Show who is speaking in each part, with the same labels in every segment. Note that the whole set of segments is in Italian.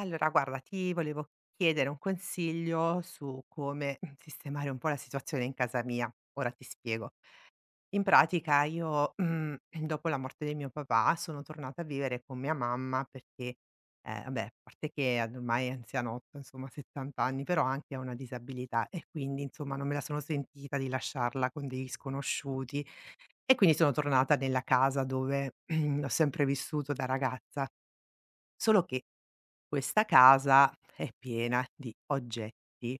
Speaker 1: Allora guarda, ti volevo chiedere un consiglio su come sistemare un po' la situazione in casa mia. Ora ti spiego. In pratica io, dopo la morte di mio papà sono tornata a vivere con mia mamma perché, vabbè, a parte che ad ormai è anzianotta, insomma, 70 anni, però anche ha una disabilità e quindi, insomma, non me la sono sentita di lasciarla con degli sconosciuti e quindi sono tornata nella casa dove ho sempre vissuto da ragazza. Solo che questa casa è piena di oggetti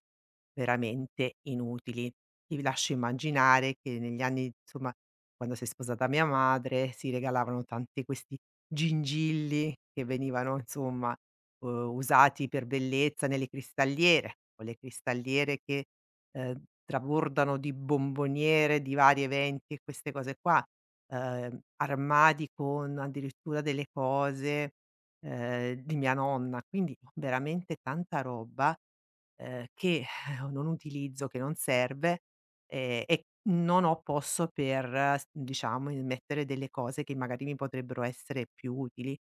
Speaker 1: veramente inutili. Ti lascio immaginare che negli anni, insomma, quando si è sposata mia madre, si regalavano tanti questi gingilli che venivano, insomma, usati per bellezza nelle cristalliere, quelle cristalliere che, trabordano di bomboniere, di vari eventi e queste cose qua, armadi con addirittura delle cose di mia nonna, quindi veramente tanta roba, che non utilizzo, che non serve, ehm, e non ho posto per s diciamo, il mettere delle cose che magari mi potrebbero essere più utili.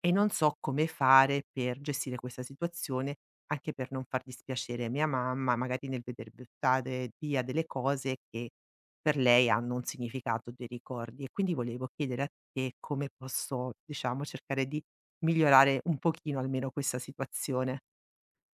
Speaker 1: E non so come fare per gestire questa situazione, anche per non far dispiacere mia mamma, magari nel veder buttare via delle cose che per lei hanno un significato, dei ricordi. E quindi volevo chiedere a te come posso, diciamo, cercare di migliorare un pochino almeno questa situazione.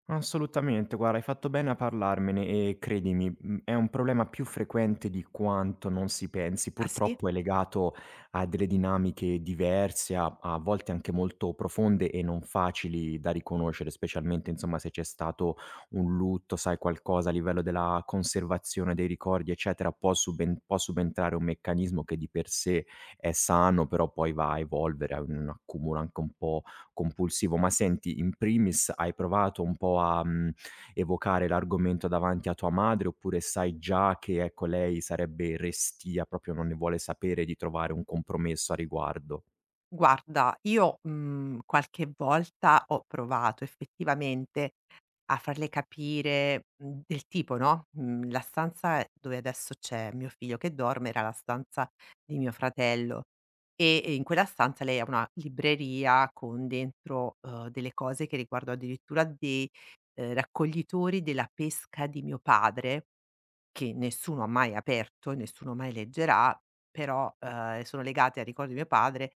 Speaker 2: Assolutamente, guarda, hai fatto bene a parlarmene e credimi, è un problema più frequente di quanto non si pensi.
Speaker 1: Ah sì?
Speaker 2: Purtroppo è legato a delle dinamiche diverse, a volte anche molto profonde e non facili da riconoscere, specialmente insomma se c'è stato un lutto, sai, qualcosa a livello della conservazione dei ricordi, eccetera, può subentrare un meccanismo che di per sé è sano, però poi va a evolvere, a un accumulo anche un po' compulsivo. Ma senti, in primis hai provato un po' a, evocare l'argomento davanti a tua madre, oppure sai già che, ecco, lei sarebbe restia, proprio non ne vuole sapere di trovare un compromesso a riguardo?
Speaker 1: Guarda, io, qualche volta ho provato effettivamente a farle capire, del tipo, no, la stanza dove adesso c'è mio figlio che dorme era la stanza di mio fratello e in quella stanza lei ha una libreria con dentro, delle cose che riguardo addirittura dei, raccoglitori della pesca di mio padre, che nessuno ha mai aperto e nessuno mai leggerà, però, sono legate al ricordo di mio padre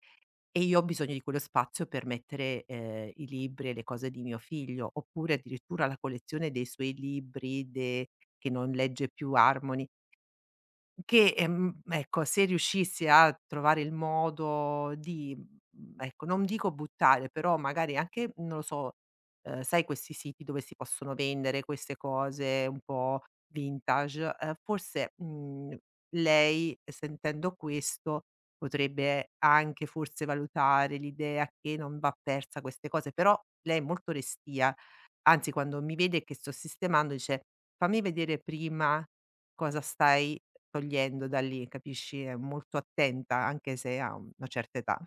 Speaker 1: e io ho bisogno di quello spazio per mettere, i libri e le cose di mio figlio, oppure addirittura la collezione dei suoi libri de che non legge più, Harmony, che, ecco, se riuscissi a trovare il modo di, ecco, non dico buttare, però magari anche, non lo so, sai questi siti dove si possono vendere queste cose un po' vintage, forse, lei sentendo questo potrebbe anche forse valutare l'idea che non va persa queste cose, però lei è molto restia. Anzi, quando mi vede che sto sistemando dice: "Fammi vedere prima cosa stai togliendo da lì", capisci? È molto attenta anche se ha una certa età.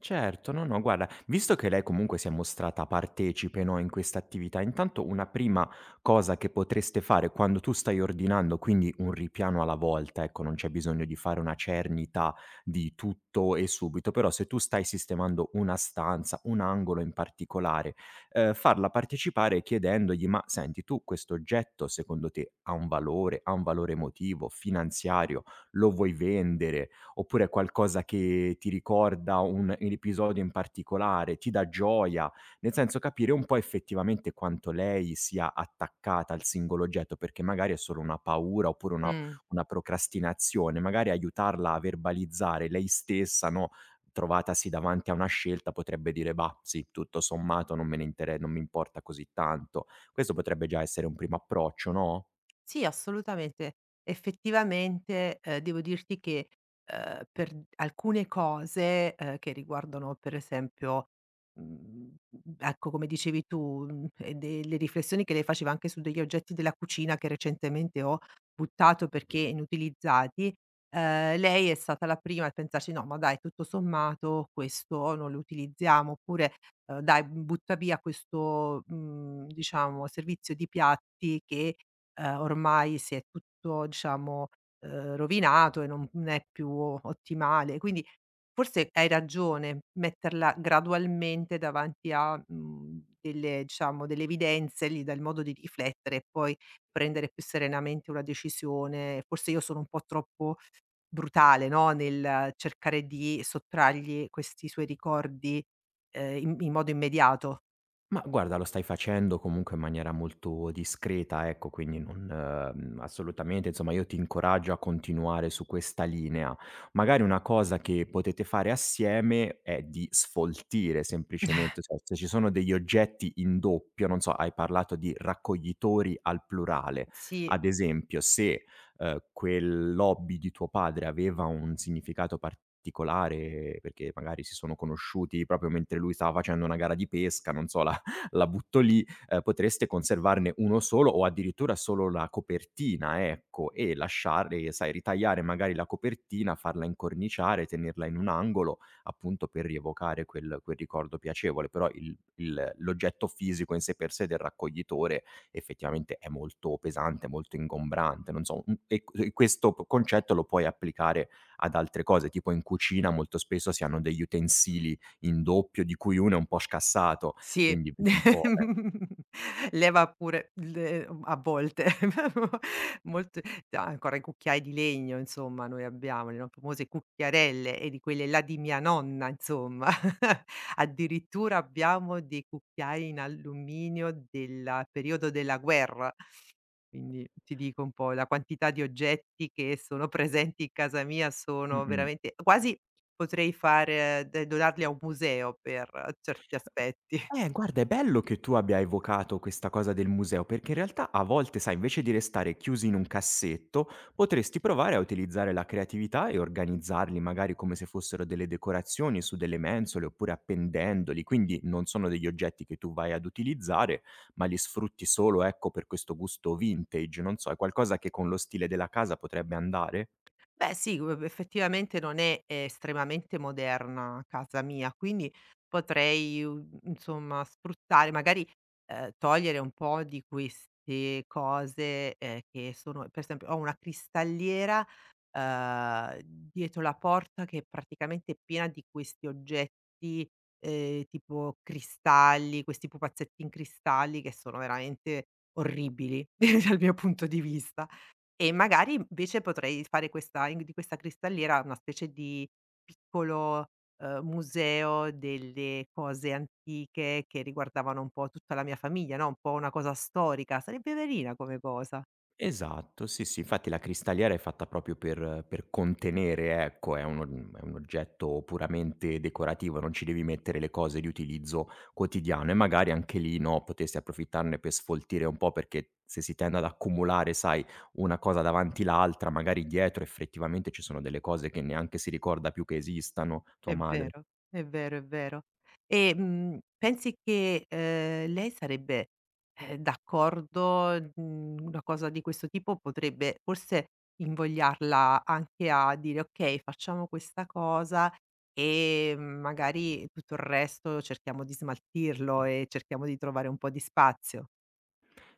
Speaker 2: Certo, no, no, guarda, visto che lei comunque si è mostrata partecipe, no, in questa attività, intanto una prima cosa che potreste fare quando tu stai ordinando, quindi un ripiano alla volta, ecco, non c'è bisogno di fare una cernita di tutto e subito, però se tu stai sistemando una stanza, un angolo in particolare, farla partecipare chiedendogli, ma senti, tu questo oggetto secondo te ha un valore emotivo, finanziario, lo vuoi vendere? Oppure qualcosa che ti ricorda un episodio in particolare, ti dà gioia, nel senso capire un po' effettivamente quanto lei sia attaccata al singolo oggetto, perché magari è solo una paura oppure una
Speaker 1: Mh.
Speaker 2: una procrastinazione, magari aiutarla a verbalizzare lei stessa, no, trovatasi davanti a una scelta potrebbe dire: "Bah, sì, tutto sommato non me ne intere non mi importa così tanto." Questo potrebbe già essere un primo approccio, no?
Speaker 1: Sì, assolutamente. Effettivamente, devo dirti che, per d alcune cose, che riguardano per esempio, mhmm, ecco come dicevi tu, e delle riflessioni che lei faceva anche su degli oggetti della cucina che recentemente ho buttato perché inutilizzati, lei è stata la prima a pensarci: "No, ma dai, tutto sommato questo non lo utilizziamo", oppure, "Dai, butta via questo, diciamo, servizio di piatti che" ormai si è tutto diciamo, rovinato e non è più ottimale. Quindi forse hai ragione, metterla gradualmente davanti a, delle diciamo delle evidenze, gli dà il modo di riflettere e poi prendere più serenamente una decisione. Forse io sono un po' troppo brutale, no, nel cercare di sottrargli questi suoi ricordi, in modo immediato.
Speaker 2: Ma guarda, lo stai facendo comunque in maniera molto discreta, ecco, quindi non, assolutamente, insomma, io ti incoraggio a continuare su questa linea. Magari una cosa che potete fare assieme è di sfoltire semplicemente, cioè, se ci sono degli oggetti in doppio, non so, hai parlato di raccoglitori al plurale.
Speaker 1: Sì.
Speaker 2: Ad esempio, se quell'hobby di tuo padre aveva un significato particolare, perché magari si sono conosciuti proprio mentre lui stava facendo una gara di pesca, non so, la butto lì, potreste conservarne 1 solo o addirittura solo la copertina, ecco, e lasciare, sai, ritagliare magari la copertina, farla incorniciare, tenerla in un angolo, appunto per rievocare quel ricordo piacevole, però il l'oggetto fisico in sé per sé del raccoglitore effettivamente è molto pesante, molto ingombrante, non so, e questo p concetto lo puoi applicare ad altre cose, tipo in cucina molto spesso si hanno degli utensili in doppio di cui uno è un po' scassato,
Speaker 1: Sì,
Speaker 2: quindi vedi un po', eh.
Speaker 1: leva pure le a volte molto da ancora i cucchiai di legno insomma noi abbiamo, le no famose cucchiarelle e di quelle là di mia nonna insomma. Addirittura abbiamo dei cucchiai in alluminio del periodo della guerra, quindi ti dico un po' la quantità di oggetti che sono presenti in casa mia sono
Speaker 2: Mh-mh.
Speaker 1: veramente quasi potrei fare de donarli a un museo per certi aspetti.
Speaker 2: Guarda, è bello che tu abbia evocato questa cosa del museo, perché in realtà a volte, sai, invece di restare chiusi in un cassetto, potresti provare a utilizzare la creatività e organizzarli magari come se fossero delle decorazioni su delle mensole, oppure appendendoli, quindi non sono degli oggetti che tu vai ad utilizzare, ma li sfrutti solo, ecco, per questo gusto vintage. Non so, è qualcosa che con lo stile della casa potrebbe andare?
Speaker 1: Beh sì, effettivamente non è estremamente moderna casa mia, quindi potrei, insomma sfruttare magari, togliere un po' di queste cose, che sono per esempio ho una cristalliera, dietro la porta che è praticamente piena di questi oggetti, tipo cristalli, questi pupazzetti in cristalli che sono veramente orribili dal mio punto di vista. E magari invece potrei fare questa in di questa cristalliera una specie di piccolo, museo delle cose antiche che riguardavano un po' tutta la mia famiglia, no, un po' una cosa storica, sarebbe carina come cosa.
Speaker 2: Esatto, sì, sì, infatti la cristalliera è fatta proprio per contenere, ecco, è un oggetto puramente decorativo, non ci devi mettere le cose di utilizzo quotidiano e magari anche lì, no, potresti approfittarne per sfoltire un po', perché se si tende ad accumulare, sai, una cosa davanti l'altra, magari dietro effettivamente ci sono delle cose che neanche si ricorda più che esistano, tua
Speaker 1: È
Speaker 2: madre.
Speaker 1: vero, è vero, è vero. E, pensi che, lei sarebbe, d'accordo, una cosa di questo tipo potrebbe forse invogliarla anche a dire: "Okay, facciamo questa cosa e magari tutto il resto cerchiamo di smaltirlo e cerchiamo di trovare un po' di spazio"?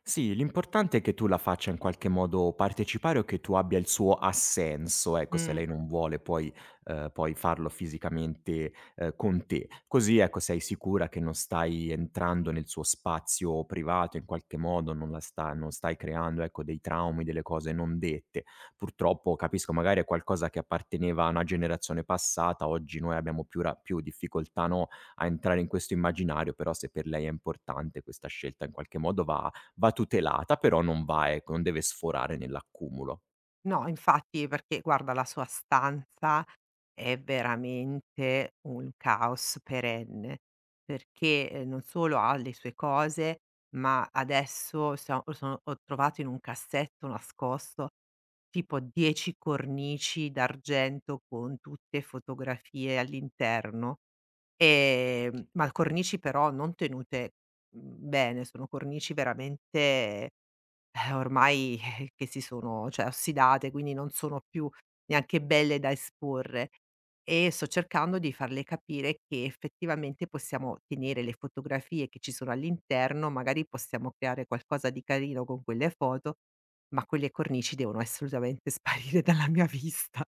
Speaker 2: Sì, l'importante è che tu la faccia in qualche modo partecipare o che tu abbia il suo assenso, ecco, se
Speaker 1: Mh.
Speaker 2: lei non vuole poi, poi farlo fisicamente, con te. Così, ecco, sei sicura che non stai entrando nel suo spazio privato in qualche modo, non stai creando, ecco, dei traumi, delle cose non dette. Purtroppo, capisco, magari è qualcosa che apparteneva a una generazione passata, oggi noi abbiamo più difficoltà, no, a entrare in questo immaginario, però se per lei è importante questa scelta in qualche modo va tutelata, però non va, ecco, non deve sforare nell'accumulo.
Speaker 1: No, infatti perché guarda la sua stanza è veramente un caos perenne, perché, non solo ha le sue cose, ma adesso sia o sono ho trovato in un cassetto nascosto tipo 10 cornici d'argento con tutte fotografie all'interno, ma cornici però non tenute, bene, sono cornici veramente ormai che si sono cioè ossidate, quindi non sono più neanche belle da esporre e sto cercando di farle capire che effettivamente possiamo tenere le fotografie che ci sono all'interno, magari possiamo creare qualcosa di carino con quelle foto, ma quelle cornici devono assolutamente sparire dalla mia vista.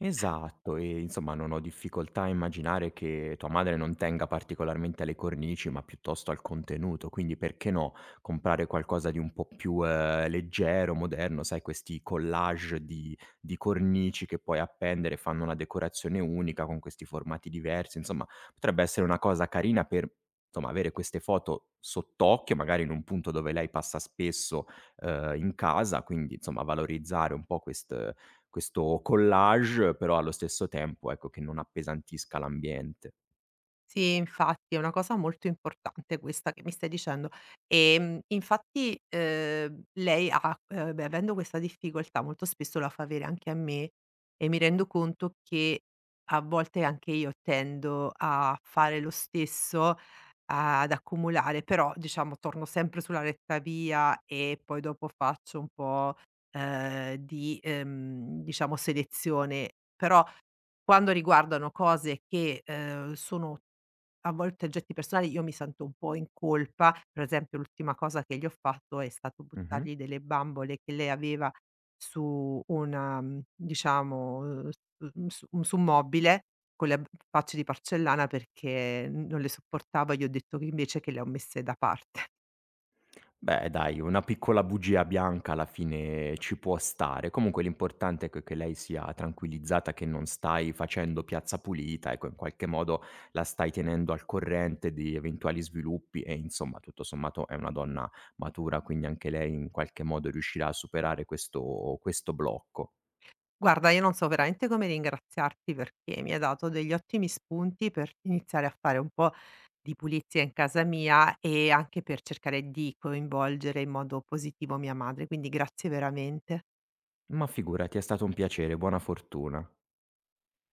Speaker 2: Esatto, e insomma non ho difficoltà a immaginare che tua madre non tenga particolarmente alle cornici, ma piuttosto al contenuto, quindi perché no, comprare qualcosa di un po' più leggero, moderno, sai, questi collage di cornici che puoi appendere, fanno una decorazione unica con questi formati diversi, insomma potrebbe essere una cosa carina per insomma, avere queste foto sott'occhio, magari in un punto dove lei passa spesso in casa, quindi insomma valorizzare un po' questo collage, però allo stesso tempo, ecco, che non appesantisca l'ambiente.
Speaker 1: Sì, infatti è una cosa molto importante questa che mi stai dicendo. Infatti, lei ha beh, avendo questa difficoltà molto spesso la fa avere anche a me e mi rendo conto che a volte anche io tendo a fare lo stesso, ad accumulare, però diciamo torno sempre sulla retta via e poi dopo faccio un po', diciamo selezione. Però quando riguardano cose che, sono a volte oggetti personali io mi sento un po' in colpa, per esempio l'ultima cosa che gli ho fatto è stato
Speaker 2: Mh-mh.
Speaker 1: buttargli delle bambole che lei aveva su una diciamo, su un mobile con le b facce di porcellana perché non le sopportavo e gli ho detto che invece che le ho messe da parte.
Speaker 2: Beh, dai, una piccola bugia bianca alla fine ci può stare. Comunque l'importante, ecco, è che lei sia tranquillizzata che non stai facendo piazza pulita, ecco, in qualche modo la stai tenendo al corrente di eventuali sviluppi e insomma, tutto sommato è una donna matura, quindi anche lei in qualche modo riuscirà a superare questo blocco.
Speaker 1: Guarda, io non so veramente come ringraziarti perché mi hai dato degli ottimi spunti per iniziare a fare un po' di pulizia in casa mia e anche per cercare di coinvolgere in modo positivo mia madre, quindi grazie veramente.
Speaker 2: Ma figurati, è stato un piacere, buona fortuna.